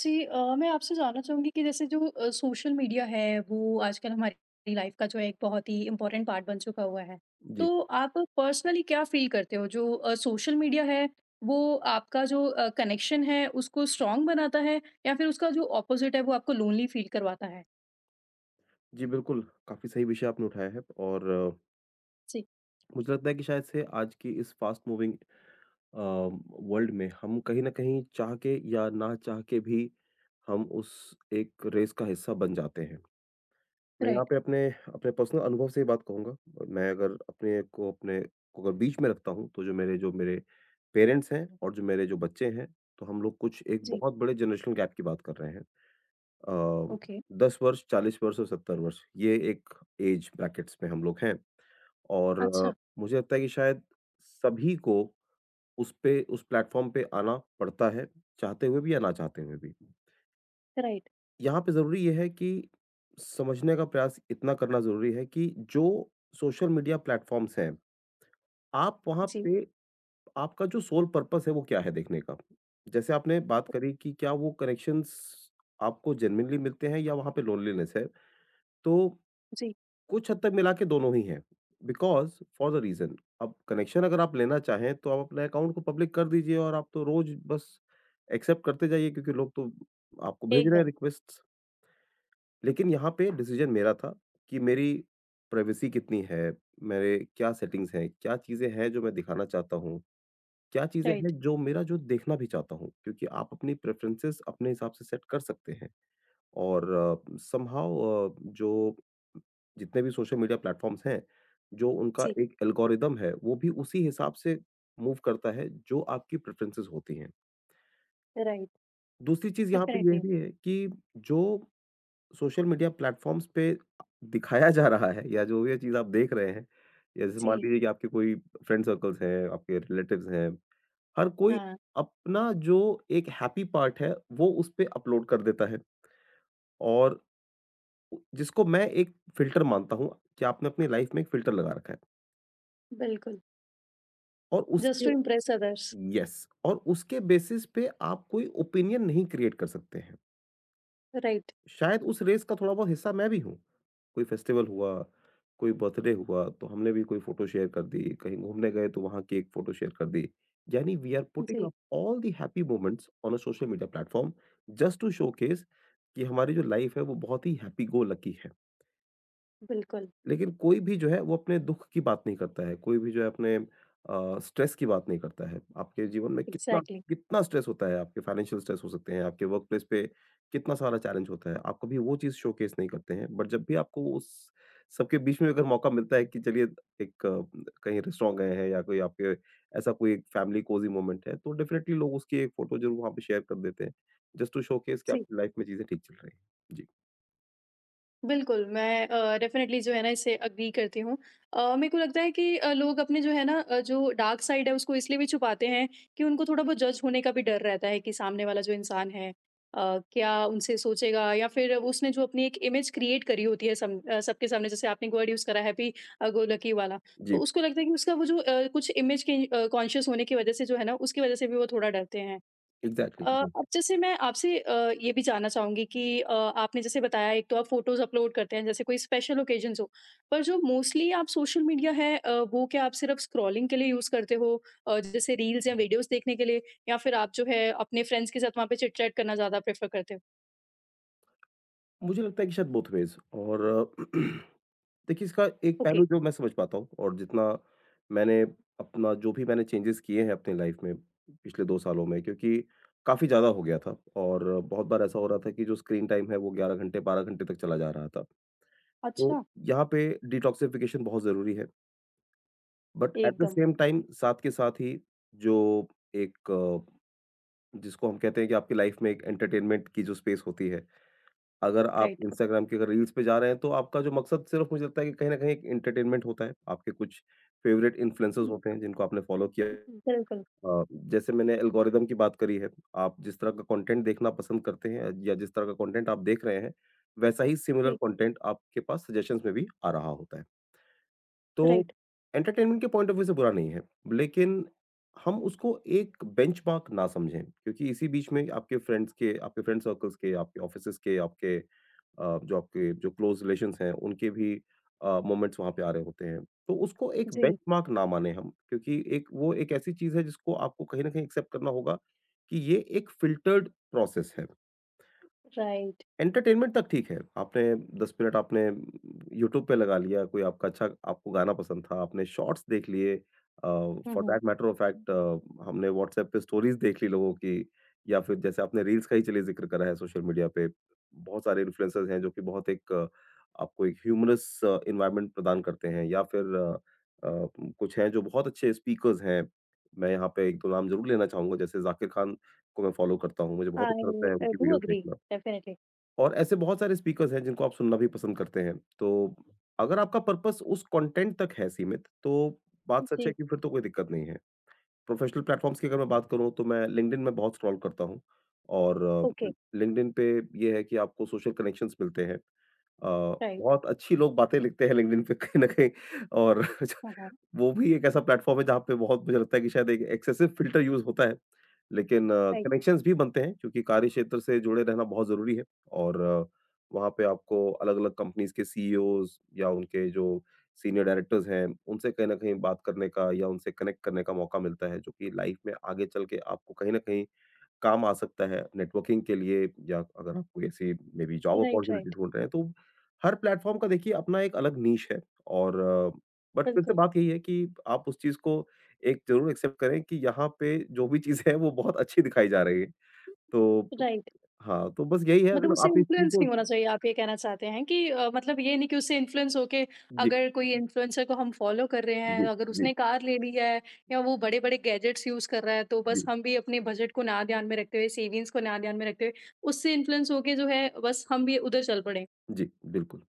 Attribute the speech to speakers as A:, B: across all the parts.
A: जी मैं आपसे जानना चाहूँगी कि जैसे जो सोशल मीडिया है वो आजकल हमारी लाइफ का जो है एक बहुत ही इम्पोर्टेंट पार्ट बन चुका हुआ है।
B: जी।
A: तो आप पर्सनली क्या फ़ील करते हो जो सोशल मीडिया है वो आपका जो कनेक्शन है उसको स्ट्रॉन्ग बनाता है या फिर उसका जो ऑपोज़िट है वो आपको लोनली फ़ील करवाता है?
B: जी, बिल्कुल, काफ़ी सही विषय आपने उठाया है और
A: जी।
B: मुझे लगता है कि शायद से आज की इस फ़ास्ट मूविंग अ, वर्ल्ड में हम कहीं न कहीं चाह के या ना चाह के भी हम उस एक रेस का हिस्सा बन जाते हैं। मैं यहाँ
A: राइट।
B: पे अपने अपने पर्सनल अनुभव से ये बात कहूँगा। मैं अगर अपने को अपने को अगर बीच में रखता हूँ, तो जो मेरे पेरेंट्स हैं और जो मेरे जो बच्चे हैं, तो हम लोग कुछ एक
A: जी।
B: बहुत बड़े जनरेशनल गैप की बात कर रहे हैं। अ,
A: ओके।
B: 10 वर्ष, 40 वर्ष और 70 वर्ष, ये एक ऐज ब्रैकेट्स में हम लोग हैं, और
A: अच्छा।
B: मुझे लगता है कि शायद सभी को उस प्लेटफ़ॉर्म पे आना पड़ता है, चाहते हुए भी या ना चाहते हुए भी।
A: राइट।
B: यहाँ पे ज़रूरी ये है कि समझने का प्रयास इतना करना ज़रूरी है कि जो सोशल मीडिया प्लेटफ़ॉर्म्स हैं, आप वहाँ
A: जी।
B: पे, आपका जो सोल पर्पस है वो क्या है देखने का? जैसे आपने बात करी कि क्या वो कनेक्शंस आपको जेनुइनली मिलते हैं, या वहाँ पे लोनलीनेस है? तो
A: जी।
B: कुछ हद तक मिला के दोनों ही हैं। बिकॉज़ फॉर द रीज़न, अब कनेक्शन अगर आप लेना चाहें, तो आप अपने अकाउंट को पब्लिक कर दीजिए और आप तो रोज़ बस एक्सेप्ट करते जाइए, क्योंकि लोग तो आपको भेज रहे हैं
A: एकदम।
B: रिक्वेस्ट्स। लेकिन यहाँ पे डिसीज़न मेरा था कि मेरी प्राइवेसी कितनी है? मेरे क्या सेटिंग्स हैं? क्या चीज़ें हैं जो मैं दिखाना चाहता हूँ? क्या चीज़ें हैं
A: राइट।
B: जो मेरा जो देखना भी चाहता हूँ? क्योंकि आप अपनी प्रेफ़रेंसेस अपने हिसाब से सेट कर सकते हैं। और समहाउ जो जितने भी सोशल मीडिया प्लेटफ़ॉर्म्स हैं, जो उनका
A: जी।
B: एक एल्गोरिदम है, वो भी उसी हिसाब से मूव करता है, जो आपकी प्रेफ़रेंसेस होती हैं।
A: राइट।
B: दूसरी चीज़ यहाँ पे ये
A: डेफ़िनिटली।
B: भी है कि जो सोशल मीडिया प्लेटफ़ॉर्म्स पे दिखाया जा रहा है या जो ये चीज़ आप देख रहे हैं, या जैसे मान
A: जी।
B: लीजिए कि आपके कोई फ्रेंड सर्कल्स हैं, आपके रिलेटिव्स हैं, हर कोई
A: हाँ।
B: अपना जो एक हैप्पी पार्ट है, वो उस पे अपलोड कर देता है, और जिसको मैं एक फ़िल्टर मानता हूँ कि आपने अपनी लाइफ़ में एक फ़िल्टर लगा रखा है,
A: बिल्कुल।
B: और
A: जस्ट टू
B: उसके
A: इम्प्रेस अदर्स।
B: यस, और उसके बेसिस पे आप कोई ओपिनियन नहीं क्रिएट कर सकते हैं।
A: राइट।
B: शायद उस रेस का थोड़ा-बहुत हिस्सा मैं भी हूँ। कोई फेस्टिवल हुआ, कोई बर्थडे हुआ, तो हमने भी कोई फ़ोटो शेयर कर दी, कहीं घूमने गए तो वहाँ की एक फ़ोटो शेयर कर दी। यानी वी आर पुटिंग
A: जी।
B: Up all the happy moments on a social media platform, just to showcase कि हमारी जो लाइफ़ है वो बहुत ही हैप्पी गो लकी है।
A: बिल्कुल।
B: लेकिन कोई भी जो है वो अपने दुःख की बात नहीं करता है, कोई भी जो है अपने स्ट्रेस की बात नहीं करता है। आपके जीवन में कितना
A: एग्ज़ैक्टली।
B: कितना स्ट्रेस होता है, आपके फाइनेंशियल स्ट्रेस हो सकते हैं, आपके वर्क प्लेस पे कितना सारा चैलेंज होता है, आप कभी वो चीज़ शोकेस नहीं करते हैं। बट जब भी आपको उस सबके बीच में अगर मौका मिलता है कि चलिए, कहीं रेस्टोरेंट गए हैं, या कोई आपके ऐसा कोई फैमिली कोज़ी मोमेंट है, तो डेफिनिटली लोग उसकी एक फ़ोटो ज़रूर वहाँ पे शेयर कर देते हैं, जस्ट टू शोकेस कि
A: जी,
B: आपकी लाइफ में चीज़ें ठीक चल रही हैं। जी,
A: बिल्कुल मैं डेफ़िनेटली जो है ना इससे एग्री करती हूँ। मेरे को लगता है कि लोग अपने जो है ना जो डार्क साइड है उसको इसलिए भी छुपाते हैं कि उनको थोड़ा बहुत जज होने का भी डर रहता है कि सामने वाला जो इंसान है क्या उनसे सोचेगा या फिर उसने जो अपनी एक इमेज क्रिएट करी होती है सम सबके सामने जैसे आपने वर्ड यूज़ करा हैप्पी गो लकी वाला। तो
B: जी।
A: उसको लगता है कि उसका वो जो कुछ इमेज के कॉन्शियस होने की वज़ह से जो है ना उसकी वज़ह से भी वो थोड़ा डरते हैं। अ,
B: एग्ज़ैक्टली।
A: अब जैसे मैं आपसे ये भी जानना चाहूँगी कि आपने जैसे बताया एक तो आप फ़ोटोज़ अपलोड करते हैं जैसे कोई स्पेशल ओकेज़न्स हो, पर जो मोस्टली आप सोशल मीडिया है वो क्या आप सिर्फ़ स्क्रॉलिंग के लिए यूज़ करते हो जैसे रील्स या वीडियोज़ देखने के लिए या फिर आप जो है अपने फ्रेंड्स के साथ वहाँ पे चिट-चैट करना ज़्यादा प्रेफ़र करते हो?
B: मुझे लगता है कि शायद बोथ वेज़, और देखिए, इसका एक
A: ओके।
B: पहलू जो मैं समझ पाता हूँ, और जितना मैंने अपना जो भी मैंने चेंजेस किए हैं अपनी लाइफ में पिछले 2 सालों में, क्योंकि काफ़ी ज़्यादा हो गया था और बहुत बार ऐसा हो रहा था कि जो स्क्रीन टाइम है वो 11 घंटे, 12 घंटे तक चला जा रहा था। तो
A: अच्छा।
B: यहाँ पे डिटॉक्सिफ़िकेशन बहुत ज़रूरी है, बट एट द
A: एकदम।
B: सेम टाइम, साथ के साथ ही जो एक अ, जिसको हम कहते हैं कि आपकी लाइफ में एक एंटरटेनमेंट की जो स्पेस होती है, अगर आप
A: राइट।
B: इंस्टाग्राम की अगर रील्स पे जा रहे हैं, तो आपका जो मकसद, सिर्फ़ मुझे लगता है कि कहीं न कहीं एक एंटरटेनमेंट होता है। आपके कुछ फ़ेवरेट इन्फ्लुएंसर्स
A: हुँ,
B: होते हैं जिनको आपने फ़ॉलो किया
A: हुँ। बिल्कुल।
B: अ, जैसे मैंने एल्गोरिदम की बात करी है, आप जिस तरह का कंटेंट देखना पसंद करते हैं या जिस तरह का कंटेंट आप देख रहे हैं, वैसा ही सिमिलर
A: जी।
B: कंटेंट आपके पास सजेशंस में भी आ रहा होता है। तो
A: राइट।
B: एंटरटेनमेंट के पॉइंट ऑफ व्यू से बुरा नहीं है, लेकिन हम उसको एक बेंचमार्क ना समझें, क्योंकि इसी बीच में आपके फ्रेंड सर्कल्स के, आपके ऑफिसेज़ के, आपके जो क्लोज़ रिलेशंस हैं, उनके भी मोमेंट्स वहाँ पे आ रहे होते हैं। तो उसको एक
A: जी।
B: बेंचमार्क ना माने हम, क्योंकि एक ऐसी चीज़ है जिसको आपको कहीं न कहीं एक्सेप्ट करना होगा कि ये एक फ़िल्टर्ड प्रोसेस है।
A: राइट।
B: एंटरटेनमेंट तक ठीक है। आपने 10 मिनट आपने यूट्यूब पे लगा लिया, कोई आपका अच्छा आपको गाना पसंद था, आपने शॉर्ट्स देख लिए uh,
A: hmm,
B: for
A: hmm.
B: That matter of fact, हमने व्हाट्सएप पे स्टोरीज़ देख ली लोगों की, या फिर जैसे आपने रील्स का ही चलिए ज़िक्र करा है सोशल मीडिया पे। बहुत सारे इन्फ्लुएंसर्स हैं जो कि आपको एक ह्यूमरस एनवायरनमेंट प्रदान करते हैं, या फिर अ, कुछ हैं जो बहुत अच्छे स्पीकर्स हैं। मैं यहाँ पे 1-2 नाम ज़रूर लेना चाहूँगा, जैसे ज़ाकिर खान को मैं फ़ॉलो करता हूँ। मुझे बहुत अच्छा
A: आई
B: लगता है उनकी
A: डू
B: वीडियोज़
A: एग्री।
B: देखना।
A: डेफ़िनिटली।
B: और ऐसे बहुत सारे स्पीकर्स हैं जिनको आप सुनना भी पसंद करते हैं। तो अगर आपका पर्पस उस कंटेंट तक है सीमित, तो बात सच है
A: जी।
B: कि फिर तो कोई दिक्कत नहीं है। प्रोफेशनल प्लेटफ़ॉर्म्स की अगर मैं बात करूँ, तो मैं लिंक्डइन में बहुत स्क्रॉल करता हूँ, और
A: ओके।
B: लिंक्डइन पे ये है कि आपको सोशल कनेक्शंस मिलते हैं। Uh,
A: right.
B: बहुत अच्छी लोग बातें लिखते हैं लिंक्डइन पे कहीं न कहीं, और
A: हाँ, हाँ।
B: वो भी एक ऐसा प्लेटफ़ॉर्म है जहाँ पे बहुत, मुझे लगता है कि शायद एक एक्सेसिव फ़िल्टर यूज़ होता है। लेकिन
A: राइट,
B: कनेक्शंस भी बनते हैं, क्योंकि कार्य क्षेत्र से जुड़े रहना बहुत ज़रूरी है, और वहाँ पे आपको अलग-अलग कंपनीज़ के सीईओज़ या उनके जो सीनियर डायरेक्टर्स हैं, उनसे कहीं न कहीं बात करने का या उनसे कनेक्ट करने का मौका मिलता है, जो कि लाइफ़ में आगे चल के आपको कहीं न कहीं काम आ सकता है नेटवर्किंग के लिए, या अगर आप कोई ऐसी maybe job
A: right.
B: Opportunity
A: right.
B: ढूँढ रहे हैं, तो हर प्लेटफ़ॉर्म का देखिए अपना एक अलग नीश है, और बट फिर से
A: बिल्कुल।
B: बात यही है कि आप उस चीज़ को एक ज़रूर एक्सेप्ट करें कि यहाँ पे जो भी चीज़ है वो बहुत अच्छी दिखाई जा रही है। तो
A: राइट।
B: हाँ, तो बस यही है,
A: मतलब
B: अगर
A: उससे
B: आप इस चीज़
A: इन्फ्लुएंस
B: को।
A: नहीं होना चाहिए आप ये कहना चाहते हैं कि मतलब ये नहीं कि उससे इन्फ्लुएंस होके
B: जी,
A: अगर कोई इन्फ्लुएंसर को हम फॉलो कर रहे
B: जी,
A: हैं, अगर
B: जी,
A: उसने कार ले ली है या वो बड़े-बड़े गैजेट्स यूज़ कर रहा है, तो
B: जी,
A: बस हम भी अपने बजट को ना ध्यान में रखते हुए, सेविंग्स को ना ध्यान में रखते हुए, उससे इन्फ्लुएंस होके जो है बस हम भी उधर चल पड़े।
B: जी, बिल्कुल।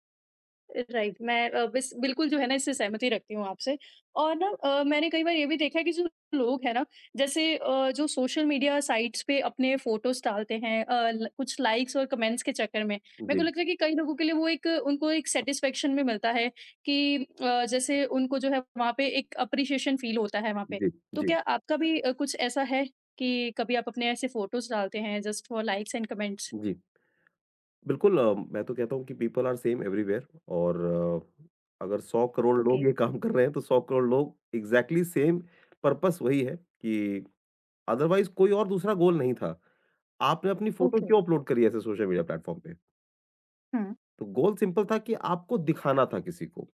A: राइट। मैं अ, बिस बिल्कुल जो है ना इससे सहमति रखती हूँ आपसे और ना मैंने कई बार ये भी देखा है कि जो लोग हैं ना जैसे जो सोशल मीडिया साइट्स पे अपने फोटोज़ डालते हैं अ, ल कुछ लाइक्स और कमेंट्स के चक्कर में, मेरे
B: जी,
A: को लगता है कि कई लोगों के लिए वो एक उनको एक सैटिस्फैक्शन भी मिलता है कि जैसे उनको जो है वहाँ पे एक एप्रिसिएशन फ़ील होता है वहाँ पे।
B: जी,
A: तो
B: जी,
A: क्या आपका भी कुछ ऐसा है कि कभी आप अपने ऐसे फोटोज़ डालते हैं just for likes and comments?
B: जी। बिल्कुल, मैं तो कहता हूँ कि पीपल आर सेम एवरीवेयर, और अगर 100 करोड़
A: ओके।
B: लोग ये काम कर रहे हैं, तो 100 करोड़ लोग एग्जैक्टली सेम पर्पस। वही है कि अदरवाइज कोई और दूसरा गोल नहीं था। आपने अपनी फोटो
A: ओके।
B: क्यों अपलोड करी ऐसे सोशल मीडिया प्लेटफॉर्म पे?
A: हाँ।
B: तो गोल सिंपल था कि आपको दिखाना था किसी को।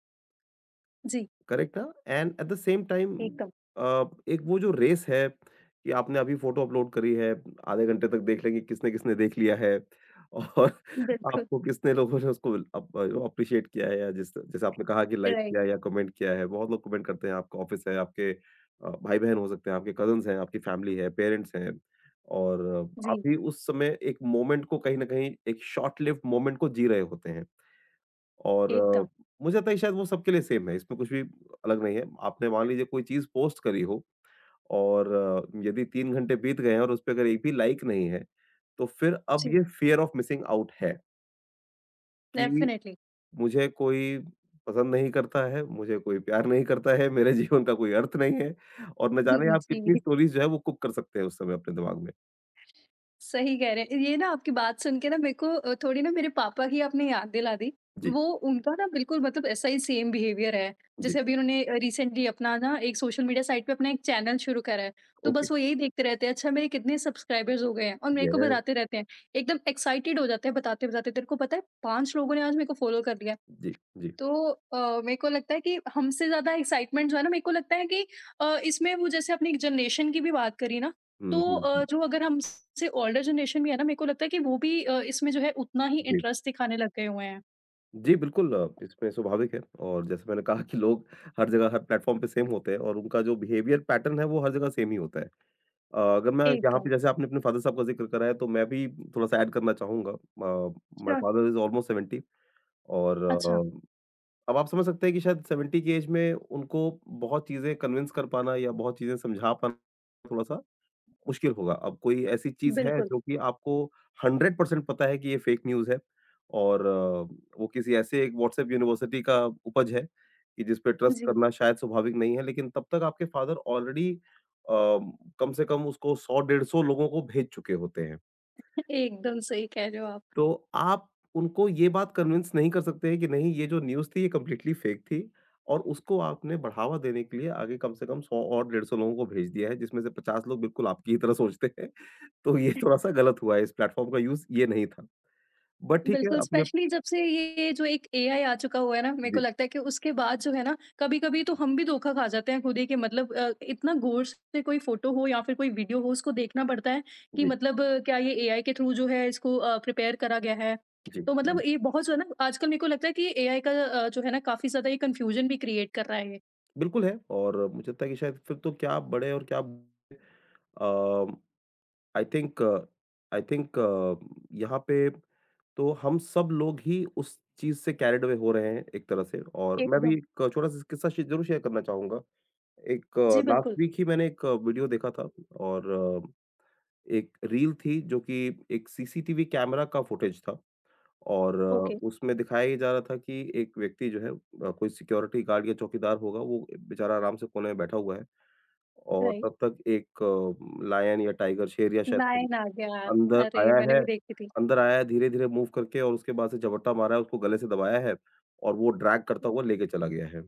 A: जी।
B: करेक्ट ना? And at the same time
A: एकदम।
B: अ, एक वो जो रेस है कि आपने अभी फ़ोटो अपलोड करी है, आधे घंटे तक देख लेंगे किसने-किसने देख लिया है, और
A: बिल्कुल।
B: आपको कितने लोगों ने उसको अप अप्रिशिएट किया है, या जिस जैसे आपने कहा कि लाइक किया
A: राइट।
B: है या कमेंट किया है। बहुत लोग कमेंट करते हैं, आपका ऑफ़िस है, भाई-बहन हो सकते हैं, आपके कज़िन्स हैं, आपकी फैमिली है, पेरेंट्स हैं, और आप
A: जी।
B: भी उस समय एक मोमेंट को, कहीं न कहीं एक शॉर्ट लिव्ड मोमेंट को जी रहे होते हैं। और
A: एकदम।
B: मुझे लगता है कि शायद वो सबके लिए सेम है, इसमें कुछ भी अलग नहीं है। आपने मान लीजिए कोई चीज़ पोस्ट करी हो, और यदि 3 घंटे बीत गए हैं और उसपे अगर एक भी लाइक नहीं है, तो फिर अब
A: जी।
B: ये फ़ियर ऑफ मिसिंग आउट है कि
A: डेफ़िनेटली।
B: मुझे कोई पसंद नहीं करता है, मुझे कोई प्यार नहीं करता है, मेरे जीवन का कोई अर्थ नहीं है, और न जाने आप कितनी
A: जी।
B: स्टोरीज़ जो है वो कुक कर सकते हैं उस समय अपने दिमाग में।
A: सही कह रहे हैं। ये ना आपकी बात सुन के ना मेरे को थोड़ी ना मेरे पापा की आपने याद दिला दी।
B: जी,
A: वो उनका ना बिल्कुल मतलब ऐसा ही सेम बिहेवियर है।
B: जी,
A: जैसे अभी उन्होंने रिसेंटली अपना ना एक सोशल मीडिया साइट पे अपना एक चैनल शुरू करा है। तो
B: ओके।
A: बस वो यही देखते रहते हैं, अच्छा मेरे कितने सब्सक्राइबर्स हो गए हैं और मेरे को
B: यस,
A: बताते रहते हैं। एकदम एक्साइटेड हो जाते हैं बताते-बताते, तेरे को पता है 5 लोगों ने आज मेरे को फ़ॉलो कर लिया। है।
B: जी, जी।
A: तो मेरे को लगता है कि हमसे ज़्यादा एक्साइटमेंट जो है ना मेरे को लगता है कि इसमें वो जैसे आपने एक जनरेशन की भी बात करी ना
B: हुँ,
A: तो
B: हुँ, हुँ।
A: जो अगर हमसे ओल्डर जनरेशन भी है ना मेरे को लगता है कि वो भी इसमें जो है उतना ही
B: जी।
A: इंटरेस्ट दिखाने लग गए हुए हैं।
B: जी, बिल्कुल, इसमें स्वाभाविक है, और जैसे मैंने कहा कि लोग हर जगह, हर प्लेटफ़ॉर्म पे सेम होते हैं, और उनका जो बिहेवियर पैटर्न है, वो हर जगह सेम ही होता है। अगर मैं यहाँ
A: एकदम।
B: पे, जैसे आपने अपने फ़ादर साहब का ज़िक्र कराया, तो मैं भी थोड़ा-सा ऐड करना चाहूँगा। My
A: sure.
B: Father is almost 70, और
A: अच्छा।
B: अ, अब आप समझ सकते हैं कि शायद 70 की एज में उनको बहुत चीज़ें कन्विंस कर पाना या बहुत चीज़ें समझा पाना थोड़ा-सा मुश्किल होगा। अब कोई ऐसी चीज़ है
A: बिल्कुल।
B: जो कि आपको 100% पता है कि ये फेक न्यूज़ है, और वो किसी ऐसे एक व्हाट्सएप यूनिवर्सिटी का उपज है कि जिस पे ट्रस्ट
A: जी।
B: करना शायद स्वाभाविक नहीं है, लेकिन तब तक आपके फादर ऑलरेडी अ, कम से कम उसको 100 डेढ़ 100 लोगों को भेज चुके होते हैं।
A: एकदम सही कह रहे हो आप।
B: तो आप उनको ये बात कन्विंस नहीं कर सकते हैं कि नहीं ये जो न्यूज़ थी ये कंप्लीटली फेक थी और उसको आपने बढ़ावा देने के लिए आगे कम से कम 100 और 150 लोगों को भेज दिया है, जिसमें से 50 लोग बिल्कुल आपकी ही तरह सोचते हैं। तो ये थोड़ा-सा गलत हुआ है, इस प्लेटफ़ॉर्म का यूज़ ये नहीं था। बट ठीक है
A: बिल्कुल,
B: अपने।
A: स्पेशली जब से ये जो एक एआई आ चुका हुआ है ना, मेरे
B: जी,
A: को लगता है कि उसके बाद जो है ना, कभी-कभी तो हम भी धोखा खा जाते हैं खुद ही कि मतलब इतना गौर से कोई फ़ोटो हो या फिर कोई वीडियो हो, उसको देखना पड़ता है कि
B: जी,
A: मतलब क्या ये एआई के थ्रू जो है इसको प्रिपेयर करा गया है।
B: जी,
A: तो मतलब
B: जी।
A: ये बहुत जो है ना आजकल मेरे को लगता है कि एआई का जो है ना काफ़ी ज़्यादा ये कन्फ्यूज़न भी क्रिएट कर रहा है ये।
B: बिल्कुल है और मुझे लगता है कि शायद फिर तो क्या बड़े और क्या, अ, आई थिंक आई थिंक यहाँ पे तो हम सब लोग ही उस चीज़ से कैरिड अवे हो रहे हैं एक तरह से, और मैं भी
A: एकदम।
B: एक छोटा-सा किस्सा शे ज़रूर शेयर करना चाहूँगा। एक
A: जी,
B: लास्ट
A: बिल्कुल।
B: वीक ही मैंने एक वीडियो देखा था और एक रील थी जो कि एक सीसीटीवी कैमरा का फुटेज था, और
A: ओके।
B: उसमें दिखाया ये जा रहा था कि एक व्यक्ति जो है, कोई सिक्योरिटी गार्ड या चौकीदार होगा, वो बेचारा आराम से कोने में बैठा हुआ है, और
A: राइट।
B: तब तक एक लायन या टाइगर शेर या शायद
A: लायन आ गया।
B: अंदर
A: अरे!
B: आया
A: मैंने
B: है
A: भी देखी थी।
B: अंदर आया है धीरे-धीरे मूव करके, और उसके बाद से झपट्टा मारा है, उसको गले से दबाया है और वो ड्रैग करता हुआ लेके चला गया है।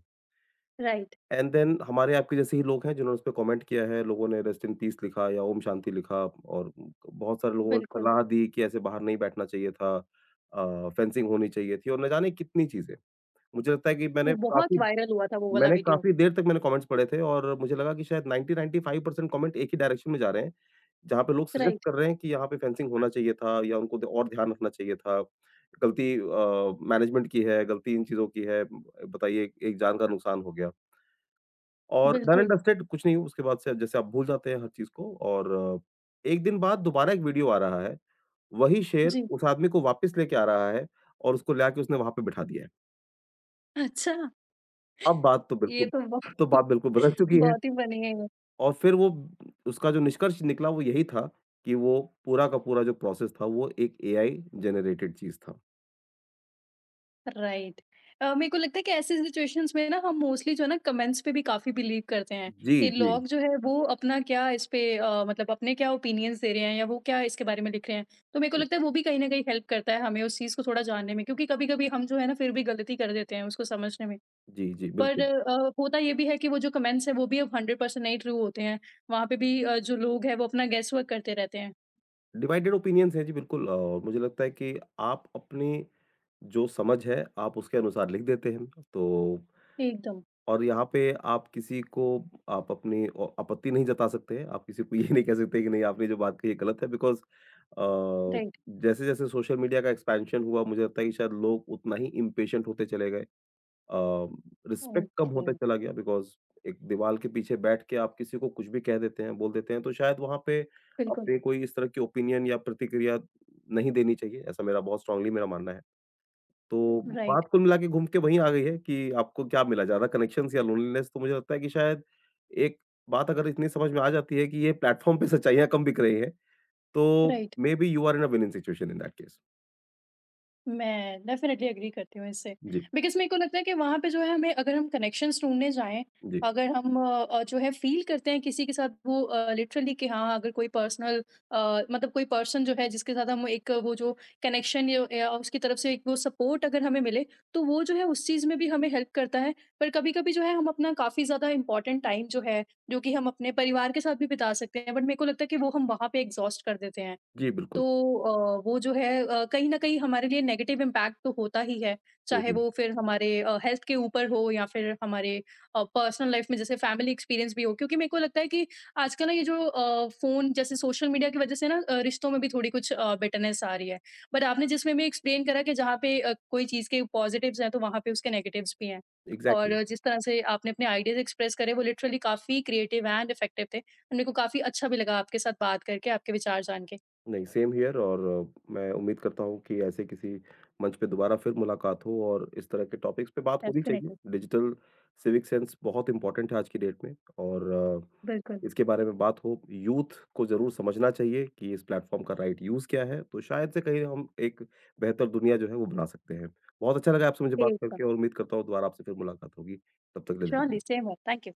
A: राइट।
B: एंड देन हमारे आपके जैसे ही लोग हैं जिन्होंने उसपे कमेंट किया है, लोगों ने रेस्ट इन पीस लिखा या ओम शांति लिखा, और बहुत सारे लोगों ने
A: बिल्कुल।
B: सलाह दी कि ऐसे बाहर नहीं बैठना चाहिए था। फेंसिंग होनी चाहिए थी और न जाने कितनी चीज़ें। मुझे लगता है कि मैंने
A: वो बहुत
B: काफ़ी
A: वायरल हुआ था वो वाला
B: मैंने
A: वीडियो।
B: काफ़ी देर तक मैंने कमेंट्स पढ़े थे और मुझे लगा कि शायद 90-95% कमेंट एक ही डायरेक्शन में जा रहे हैं। जहाँ पे लोग सजेस्ट
A: राइट।
B: कर रहे हैं कि यहाँ पे फेंसिंग होना चाहिए था या उनको द और ध्यान रखना चाहिए था। गलती मैनेजमेंट की है, गलती इन चीज़ों की है, बताइए एक एक जान का नुकसान हो गया। और डन एंड
A: बिल्कुल।
B: डस्टेड कुछ नहीं उसके बाद से, जैसे आप भूल जाते हैं हर चीज़ को, और 1 दिन बाद दोबारा एक वीडियो आ रहा है, वही शेर
A: जी।
B: उस आदमी को वापस लेके आ रहा है और उसको ला के उसने वहाँ पे बिठा दिया है।
A: अच्छा।
B: अब बात तो
A: ये
B: बिल्कुल
A: तो
B: अब तो
A: बहुत
B: बात बिल्कुल बदल चुकी है।
A: बहुत ही बढ़िया है।
B: और फिर वो, उसका जो निष्कर्ष निकला वो यही था कि वो पूरा का पूरा जो प्रोसेस था वो एक एआई जनरेटेड चीज़ था।
A: राइट। मेरे को लगता है कि ऐसे सिचुएशंस में ना हम मोस्टली जो है ना कमेंट्स पे भी काफ़ी बिलीव करते हैं
B: जी,
A: कि
B: जी।
A: लोग जो है वो अपना क्या इस पे मतलब अपने क्या ओपिनियंस दे रहे हैं या वो क्या इसके बारे में लिख रहे हैं। तो मेरे को लगता है वो भी कहीं न कहीं हेल्प करता है हमें उस चीज़ को थोड़ा जानने में क्योंकि कभी-कभी हम जो है ना फिर भी गलती कर देते हैं उसको समझने में।
B: जी, जी,
A: पर
B: बिल्कुल।
A: होता ये भी है कि वो जो कमेंट्स हैं वो भी अब 100% नहीं ट्रू होते हैं। वहाँ पे भी जो लोग हैं वो अपना गेस वर्क करते रहते हैं।
B: डिवाइडेड ओपिनियंस हैं जी, बिल्कुल। मुझे लगता है कि आप अपनी जो समझ है आप उसके अनुसार लिख देते हैं। तो
A: एकदम।
B: और यहाँ पे आप किसी को आप अपनी आपत्ति नहीं जता सकते। आप किसी को ये नहीं कह सकते कि नहीं, आपने जो बात कही है गलत है, बिकॉज़ अ,
A: राइट।
B: जैसे-जैसे सोशल मीडिया का एक्सपेंशन हुआ, मुझे लगता है कि शायद लोग उतना ही इम्पेशेंट होते चले गए। अ, रिस्पेक्ट कम
A: ओके।
B: होता चला गया, बिकॉज़ एक दीवार के पीछे बैठ के आप किसी को कुछ भी कह देते हैं, बोल देते हैं, तो शायद वहाँ पे
A: बिल्कुल।
B: अपने कोई इस तरह की ओपिनियन या प्रतिक्रिया नहीं देनी चाहिए, ऐसा मेरा बहुत स्ट्रांगली मेरा मानना है। तो
A: राइट,
B: बात कुल मिला के घूम के वहीं आ गई है कि आपको क्या मिला, ज़्यादा कनेक्शंस या लोनलीनेस, तो मुझे लगता है कि शायद एक बात अगर इतनी समझ में आ जाती है कि ये प्लेटफ़ॉर्म पे सच्चाइयाँ कम बिक रही हैं, तो
A: right.
B: Maybe you are in a winning situation in that case.
A: मैं डेफ़िनेटली एग्री करती हूँ इससे।
B: जी,
A: बिकॉज़ मेरे को लगता है कि वहाँ पे जो है हमें अगर हम कनेक्शंस ढूँढने जाएँ,
B: जी।
A: अगर हम जो है फ़ील करते हैं किसी के साथ वो लिटरली कि हाँ, अगर कोई पर्सनल मतलब कोई पर्सन जो है जिसके साथ हम एक वो जो कनेक्शन य या उसकी तरफ से एक वो सपोर्ट अगर हमें मिले, तो वो जो है उस चीज़ में भी हमें हेल्प करता है। पर कभी-कभी जो है हम अपना काफ़ी ज़्यादा इम्पोर्टेंट टाइम जो है, जो कि हम अपने परिवार के साथ भी बिता सकते हैं, बट मेरे को लगता है कि वो हम वहाँ पे एग्ज़ॉस्ट कर देते हैं।
B: जी,
A: तो
B: बिल्कुल।
A: वो जो है कहीं न कहीं हमारे लिए नेगेटिव इम्पैक्ट तो होता ही है,
B: हुँ,
A: चाहे
B: हुँ।
A: वो फिर हमारे हेल्थ के ऊपर हो या फिर हमारे पर्सनल लाइफ़ में जैसे फैमिली एक्सपीरियंस भी हो। क्योंकि मेरे को लगता है कि आजकल ना ये जो फ़ोन जैसे सोशल मीडिया की वज़ह से ना रिश्तों में भी थोड़ी कुछ बिटरनेस आ रही है। बट आपने जिसमें भी एक्सप्लेन करा कि जहाँ पे कोई चीज़ के पॉज़िटिव्स हैं, तो वहाँ पे उसके नेगेटिव्स भी हैं। और
B: एग्ज़ैक्टली।
A: जिस तरह से आपने अपने आइडियाज़ एक्सप्रेस करे वो लिटरली काफ़ी क्रिएटिव एंड इफ़ेक्टिव थे। मेरे को काफ़ी अच्छा भी लगा आपके साथ बात करके, आपके विचार जान के।
B: नहीं, सेम हियर, और मैं उम्मीद करता हूँ कि ऐसे किसी मंच पे दोबारा फिर मुलाकात हो और इस तरह के टॉपिक्स पे बात होनी चाहिए।
A: Definitely,
B: डिजिटल सिविक सेंस बहुत इम्पोर्टेंट है आज की डेट में और
A: absolutely.
B: इसके बारे में बात हो। यूथ को ज़रूर समझना चाहिए कि इस प्लेटफ़ॉर्म का राइट यूज़ क्या है, तो शायद से कहीं हम एक बेहतर दुनिया जो है वो बना सकते हैं। बहुत अच्छा लगा आपसे मुझे बात
A: Yes,
B: करके, और उम्मीद करता हूँ दोबारा आपसे फिर मुलाकात होगी। तब तक के लिए
A: sure. Only
B: धन्यवाद।
A: same one. Thank you.